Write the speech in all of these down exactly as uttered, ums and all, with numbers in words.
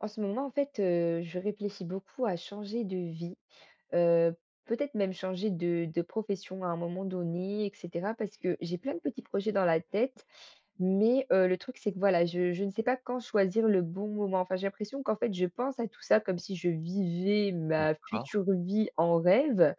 En ce moment, en fait, heu, je réfléchis beaucoup à changer de vie, heu, peut-être même changer de de profession à un moment donné et cetera parce que j'ai plein de petits projets dans la tête. Mais heu, le truc, c'est que voilà, je je ne sais pas quand choisir le bon moment. Enfin, j'ai l'impression qu'en fait, je pense à tout ça comme si je vivais ma D'accord. future vie en rêve.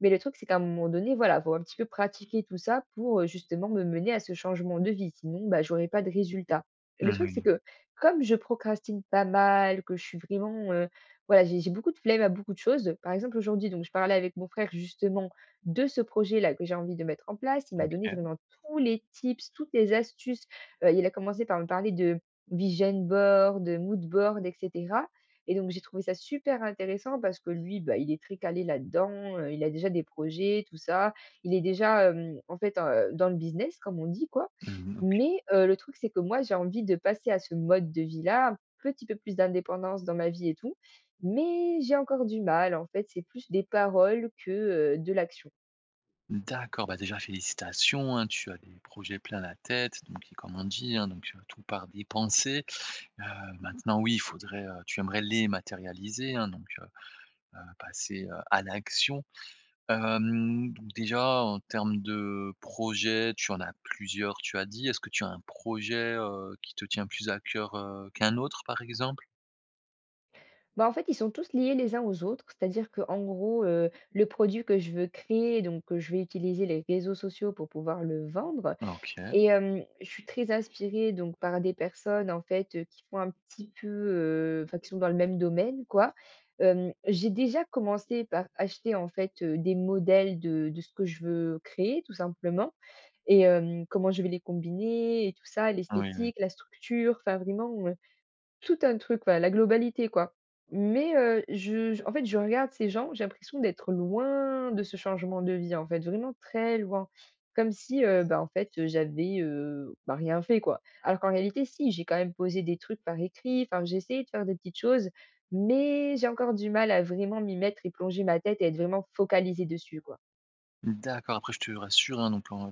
Mais le truc, c'est qu'à un moment donné, voilà, faut un petit peu pratiquer tout ça pour, heu, justement me mener à ce changement de vie. Sinon, bah, j'aurais pas de résultat. Le truc, c'est Oui, que comme je procrastine pas mal, que je suis vraiment, heu, voilà, j'ai j'ai beaucoup de flemme à beaucoup de choses. Par exemple, aujourd'hui, donc je parlais avec mon frère justement de ce projet-là que j'ai envie de mettre en place. Il m'a donné OK. vraiment tous les tips, toutes les astuces. Heu, il a commencé par me parler de vision board, de mood board et cetera. Et donc j'ai trouvé ça super intéressant parce que lui, bah, il est très calé là-dedans, heu, il a déjà des projets, tout ça. Il est déjà, hem, en fait, heu, dans le business comme on dit, quoi. Mmh, donc Mais, heu, le truc, c'est que moi, j'ai envie de passer à ce mode de vie-là, un petit peu plus d'indépendance dans ma vie et tout, mais j'ai encore du mal. En fait, c'est plus des paroles que, heu, de l'action. d'accord, bah, déjà félicitations, hein, tu as des projets plein la tête, donc et comme on dit, hein, donc heu, tout part des pensées. Heu, Maintenant oui, il faudrait, heu, tu aimerais les matérialiser, hein, donc heu heu, passer, heu, à l'action. Hem, donc déjà en termes de projets, tu en as plusieurs, tu as dit. Est-ce que tu as un projet, heu, qui te tient plus à cœur, heu, qu'un autre, par exemple? Bah, en fait, ils sont tous liés les uns aux autres, c'est-à-dire que, en gros, heu, le produit que je veux créer, donc, que je vais utiliser les réseaux sociaux pour pouvoir le vendre. OK. Et hem, je suis très inspirée donc par des personnes en fait, heu, qui font un petit peu, heu, enfin qui sont dans le même domaine, quoi. Hem, j'ai déjà commencé par acheter en fait, heu, des modèles de de ce que je veux créer tout simplement, et hem, comment je vais les combiner et tout ça, Oui, oui. l'esthétique, la structure, enfin vraiment, tout un truc, voilà, la globalité, quoi. Mais heu, je je en fait, je regarde ces gens, j'ai l'impression d'être loin de ce changement de vie, en fait, vraiment très loin. Comme si, heu, bah, en fait, heu, j'avais, heu, bah, rien fait, quoi. Alors qu'en réalité, si, j'ai quand même posé des trucs par écrit, enfin, j'ai essayé de faire des petites choses, mais j'ai encore du mal à vraiment m'y mettre et plonger ma tête et être vraiment focalisée dessus, quoi. D'accord, après je te rassure, hein, donc quand,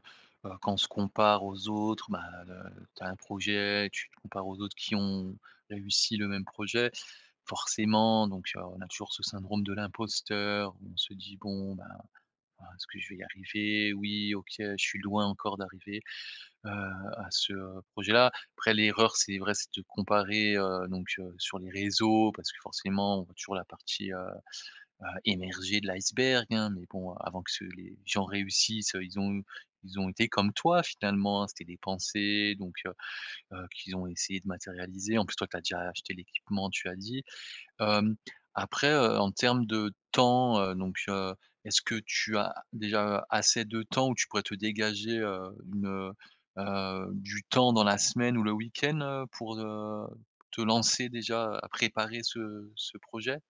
heu, quand on se compare aux autres, bah, tu as un projet, tu te compares aux autres qui ont réussi le même projet. Forcément, donc heu, on a toujours ce syndrome de l'imposteur, où on se dit: «Bon, ben, ah, est-ce que je vais y arriver? Oui, OK, je suis loin encore d'arriver, heu, à ce, heu, projet-là». Après l'erreur, c'est vrai, c'est de comparer, heu, donc heu, sur les réseaux parce que forcément on voit toujours la partie, heu heu, émerger de l'iceberg, hein, mais bon, avant que ce les gens réussissent, heu, ils ont ils ont été comme toi finalement, hein. C'était des pensées donc heu, heu, qu'ils ont essayé de matérialiser. En plus, toi, tu as déjà acheté l'équipement, tu as dit. Hem, Après, heu, en termes de temps, heu, donc heu, est-ce que tu as déjà assez de temps où tu pourrais te dégager, heu, une, heu, du temps dans la semaine ou le week-end, heu, pour, heu, te lancer déjà à préparer ce ce projet?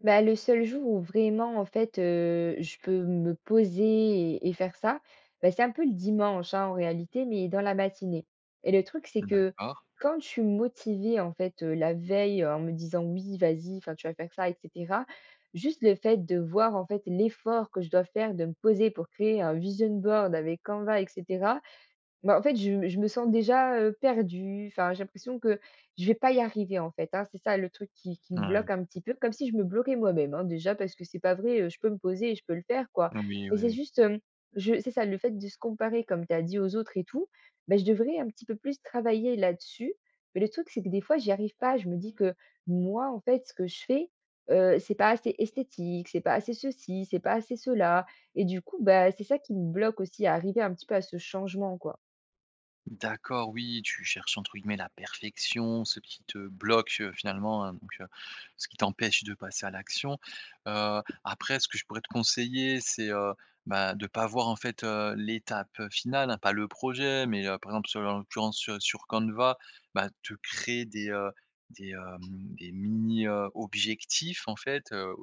Bah, le seul jour où vraiment, en fait, heu, je peux me poser et et faire ça, bah, c'est un peu le dimanche, hein, en réalité, mais dans la matinée. Et le truc, c'est que D'accord. quand je suis motivée, en fait, heu, la veille, heu, en me disant: «Oui, vas-y, enfin, tu vas faire ça et cetera», juste le fait de voir, en fait, l'effort que je dois faire de me poser pour créer un vision board avec Canva et cetera. Bah, en fait, je je me sens déjà, heu, perdue. Enfin, j'ai l'impression que je vais pas y arriver, en fait, hein. C'est ça le truc qui qui me Ouais. bloque un petit peu, comme si je me bloquais moi-même, hein, déjà, parce que c'est pas vrai, heu, je peux me poser et je peux le faire, quoi. Oui, Mais oui, c'est oui. juste, hem, je c'est ça, le fait de se comparer, comme tu as dit, aux autres et tout, bah, je devrais un petit peu plus travailler là-dessus. Mais le truc, c'est que des fois, j'y arrive pas. Je me dis que moi, en fait, ce que je fais, heu, c'est pas assez esthétique, c'est pas assez ceci, c'est pas assez cela, et du coup, bah, c'est ça qui me bloque aussi à arriver un petit peu à ce changement, quoi. D'accord, oui, tu cherches entre guillemets «la perfection», ce qui te bloque, heu, finalement, hein, donc heu, ce qui t'empêche de passer à l'action. Heu, après ce que je pourrais te conseiller, c'est, heu, bah, de ne pas voir en fait, heu, l'étape finale, hein, pas le projet, mais heu, par exemple, sur en l'occurrence sur sur Canva, bah, te créer des, heu, des, hem, des mini, objectifs en fait, heu,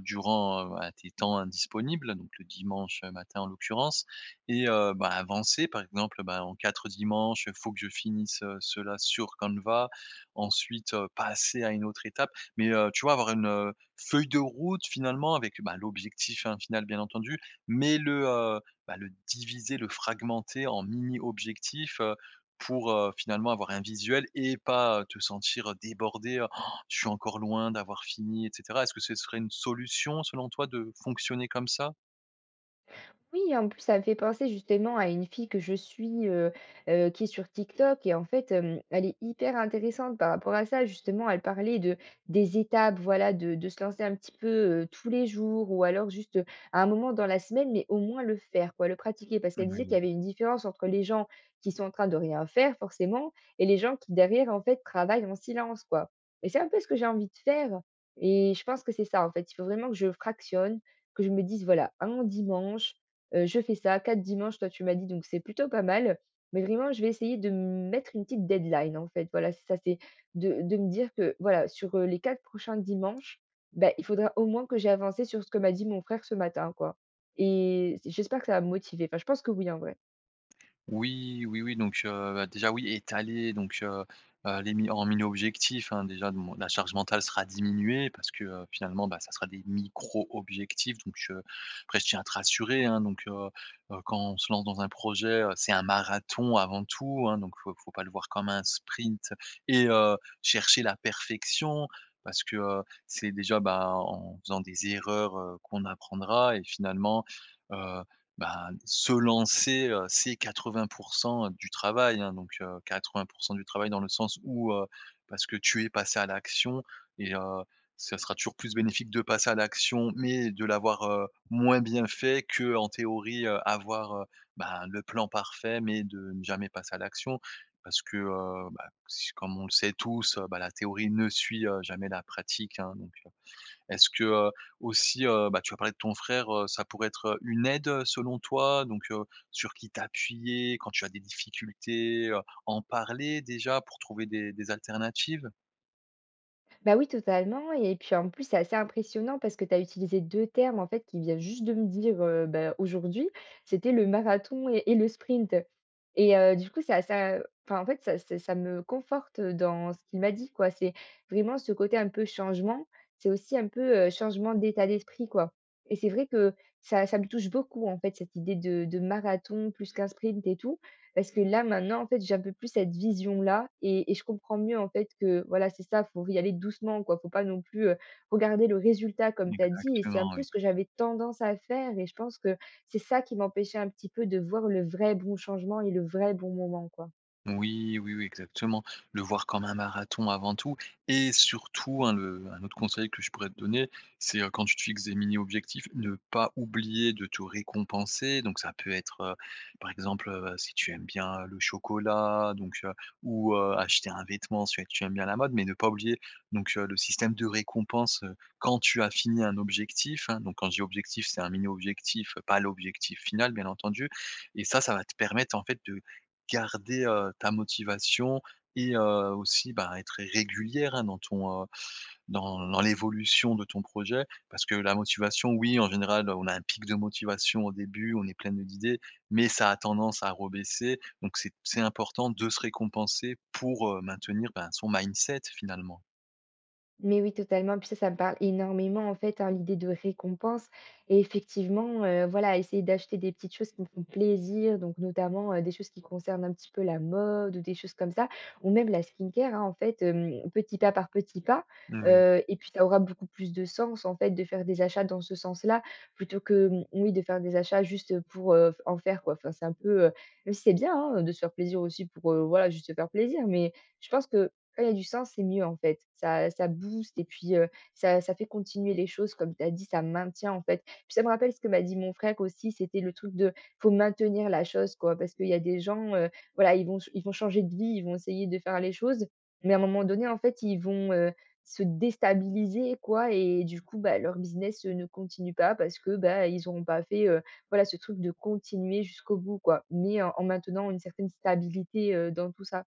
durant, heu, bah, tes temps, indisponibles, donc le dimanche matin en l'occurrence. Et heu, bah, avancer par exemple, bah, en quatre dimanches, il faut que je finisse, heu, cela sur Canva. Ensuite, heu, passer à une autre étape. Mais, heu, tu vois avoir une, heu, feuille de route finalement avec, bah, l'objectif, hein, final bien entendu, mais le, heu, bah, le diviser, le fragmenter en mini objectifs, heu, pour, heu, finalement avoir un visuel et pas, heu, te sentir, heu, débordé, heu: «Oh, «Je suis encore loin d'avoir fini» et cetera. Est-ce que ce serait une solution selon toi de fonctionner comme ça? Oui, en plus, ça me fait penser justement à une fille que je suis, heu heu, qui est sur TikTok, et en fait, hem, elle est hyper intéressante par rapport à ça. Justement, elle parlait de des étapes, voilà, de de se lancer un petit peu, heu, tous les jours ou alors juste, heu, à un moment dans la semaine, mais au moins le faire, quoi, le pratiquer. Parce qu'elle disait qu'il y avait Oui. une différence entre les gens qui sont en train de rien faire forcément, et les gens qui derrière, en fait, travaillent en silence, quoi. Et c'est un peu ce que j'ai envie de faire, et je pense que c'est ça, en fait. Il faut vraiment que je fractionne, que je me dise: «Voilà, un dimanche». Heu, je fais ça quatre dimanches, toi tu m'as dit, donc c'est plutôt pas mal. Mais vraiment, je vais essayer de me mettre une petite deadline, en fait. Voilà, c'est ça, c'est de de me dire que, voilà, sur, heu, les quatre prochains dimanches, bah, il faudra au moins que j'ai avancé sur ce que m'a dit mon frère ce matin, quoi. Et j'espère que ça va me motiver. Enfin, je pense que oui, en vrai. Oui, oui, oui, donc heu, bah, déjà oui, étaler donc heu heu, les mi en mini-objectifs, hein, déjà mon la charge mentale sera diminuée parce que, heu, finalement, bah, ça sera des micro-objectifs donc heu, après je tiens à te rassurer, hein, donc heu heu, quand on se lance dans un projet, heu, c'est un marathon avant tout, hein, donc faut faut pas le voir comme un sprint et heu, chercher la perfection parce que, heu, c'est déjà, bah, en faisant des erreurs, heu, qu'on apprendra et finalement, bah, se lancer, heu, c'est quatre-vingts pour cent du travail, hein, donc heu, quatre-vingts pour cent du travail dans le sens où, heu, parce que tu es passé à l'action et heu, ça sera toujours plus bénéfique de passer à l'action, mais de l'avoir, heu, moins bien fait que en théorie, heu, avoir, heu, ben, le plan parfait, mais de ne jamais passer à l'action. Parce que, heu, bah, si comme on le sait tous, heu, bah, la théorie ne suit, heu, jamais la pratique, hein, donc est-ce que, heu, aussi, heu, bah, tu as parlé de ton frère, heu, ça pourrait être, heu, une aide, heu, selon toi? Donc, heu, sur qui t'appuyer quand tu as des difficultés, heu, en parler déjà pour trouver des des alternatives? Bah oui, totalement, et puis, en plus, c'est assez impressionnant parce que tu as utilisé deux termes, en fait, qui viennent juste de me dire, heu, bah, aujourd'hui. C'était le marathon et et le sprint, et heu, du coup, ça ça enfin, en fait, ça ça ça me conforte dans ce qu'il m'a dit, quoi. C'est vraiment ce côté un peu changement, c'est aussi un peu, heu, changement d'état d'esprit, quoi, et c'est vrai que ça ça me touche beaucoup, en fait, cette idée de de marathon plus qu'un sprint et tout, parce que là, maintenant, en fait, j'ai un peu plus cette vision-là, et et je comprends mieux, en fait, que voilà, c'est ça, faut y aller doucement, quoi. Faut pas non plus, heu, regarder le résultat comme tu as dit, et c'est un Exactement, peu oui. ce que j'avais tendance à faire, et je pense que c'est ça qui m'empêchait un petit peu de voir le vrai bon changement et le vrai bon moment, quoi. Oui, oui, oui, exactement. Le voir comme un marathon avant tout et surtout, hein, le un autre conseil que je pourrais te donner, c'est, heu, quand tu te fixes des mini-objectifs, ne pas oublier de te récompenser. Donc ça peut être, heu, par exemple, heu, si tu aimes bien le chocolat, donc heu, ou, heu, acheter un vêtement si tu aimes bien la mode, mais ne pas oublier donc heu, le système de récompense, heu, quand tu as fini un objectif, hein. Donc quand je dis objectif, c'est un mini-objectif, pas l'objectif final, bien entendu et ça, ça va te permettre en fait de garder, heu, ta motivation et heu, aussi, bah, être régulière, hein, dans ton, heu, dans dans l'évolution de ton projet. Parce que la motivation, oui, en général, on a un pic de motivation au début, on est plein de d'idées, mais ça a tendance à rebaisser. Donc c'est c'est important de se récompenser pour, heu, maintenir, ben, son mindset finalement. Mais oui, totalement. Puis ça, ça me parle énormément, en fait, hein, l'idée de récompense. Et effectivement, heu, voilà, essayer d'acheter des petites choses qui me font plaisir, donc notamment, heu, des choses qui concernent un petit peu la mode ou des choses comme ça, ou même la skincare, hein, en fait, hem, petit pas par petit pas. Moui. Heu, et puis ça aura beaucoup plus de sens, en fait, de faire des achats dans ce sens-là, plutôt que, mmh, oui, de faire des achats juste pour, heu, en faire, quoi. Enfin, c'est un peu, heu même si c'est bien, hein, de se faire plaisir aussi pour, heu, voilà, juste se faire plaisir, mais je pense que quand il y a du sens, c'est mieux en fait. Ça ça booste, et puis, heu, ça ça fait continuer les choses comme tu as dit, ça maintient en fait. Puis ça me rappelle ce que m'a dit mon frère aussi, c'était le truc de faut maintenir la chose, quoi, parce qu'il y a des gens, heu, voilà, ils vont ch ils vont changer de vie, ils vont essayer de faire les choses, mais à un moment donné, en fait, ils vont, heu, se déstabiliser, quoi, et du coup, bah, leur business, heu, ne continue pas parce que, bah, ils n'auront pas fait, heu, voilà, ce truc de continuer jusqu'au bout, quoi, mais en en maintenant une certaine stabilité, heu, dans tout ça.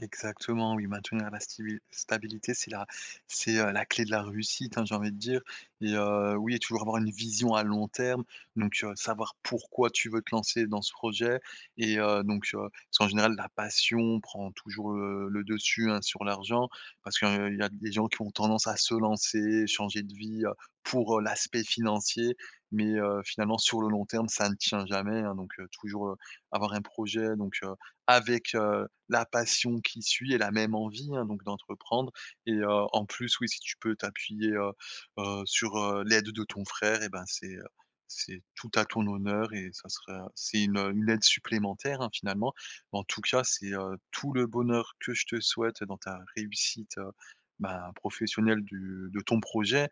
Exactement, oui, maintenir la stibi stabilité, c'est la c'est, heu, la clé de la réussite, hein, j'ai envie de dire et heu, oui et toujours avoir une vision à long terme, donc heu, savoir pourquoi tu veux te lancer dans ce projet et heu, donc heu, parce qu'en général, la passion prend toujours le le dessus, hein, sur l'argent parce qu'il y a des gens qui ont tendance à se lancer, changer de vie, heu, pour, heu, l'aspect financier mais heu, finalement sur le long terme, ça ne tient jamais, hein, donc heu, toujours, heu, avoir un projet donc avec, heu, la passion qui suit et la même envie, hein, donc d'entreprendre et heu, en plus, oui, si tu peux t'appuyer, heu heu, sur, heu, l'aide de ton frère et ben, c'est, heu, c'est tout à ton honneur et ça serait c'est une, une aide supplémentaire, hein, finalement. En tout cas, c'est, heu, tout le bonheur que je te souhaite dans ta réussite, heu, ben, professionnelle du de ton projet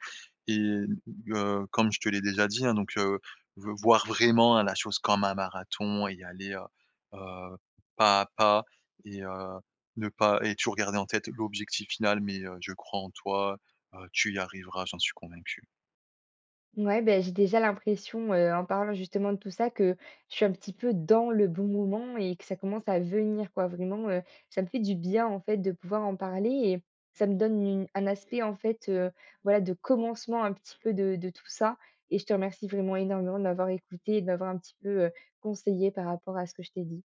et heu, comme je te l'ai déjà dit, hein, donc heu, v voir vraiment, hein, la chose comme un marathon et y aller, heu heu pas à pas et heu, ne pas et toujours garder en tête l'objectif final mais heu, je crois en toi, heu, tu y arriveras, j'en suis convaincu. Ouais, ben j'ai déjà l'impression, heu, en parlant justement de tout ça, que je suis un petit peu dans le bon moment et que ça commence à venir, quoi. Vraiment, heu, ça me fait du bien en fait de pouvoir en parler, et ça me donne une un aspect en fait, heu, voilà de commencement un petit peu de de tout ça, et je te remercie vraiment énormément de m'avoir écoutée et de m'avoir un petit peu, heu, conseillée par rapport à ce que je t'ai dit.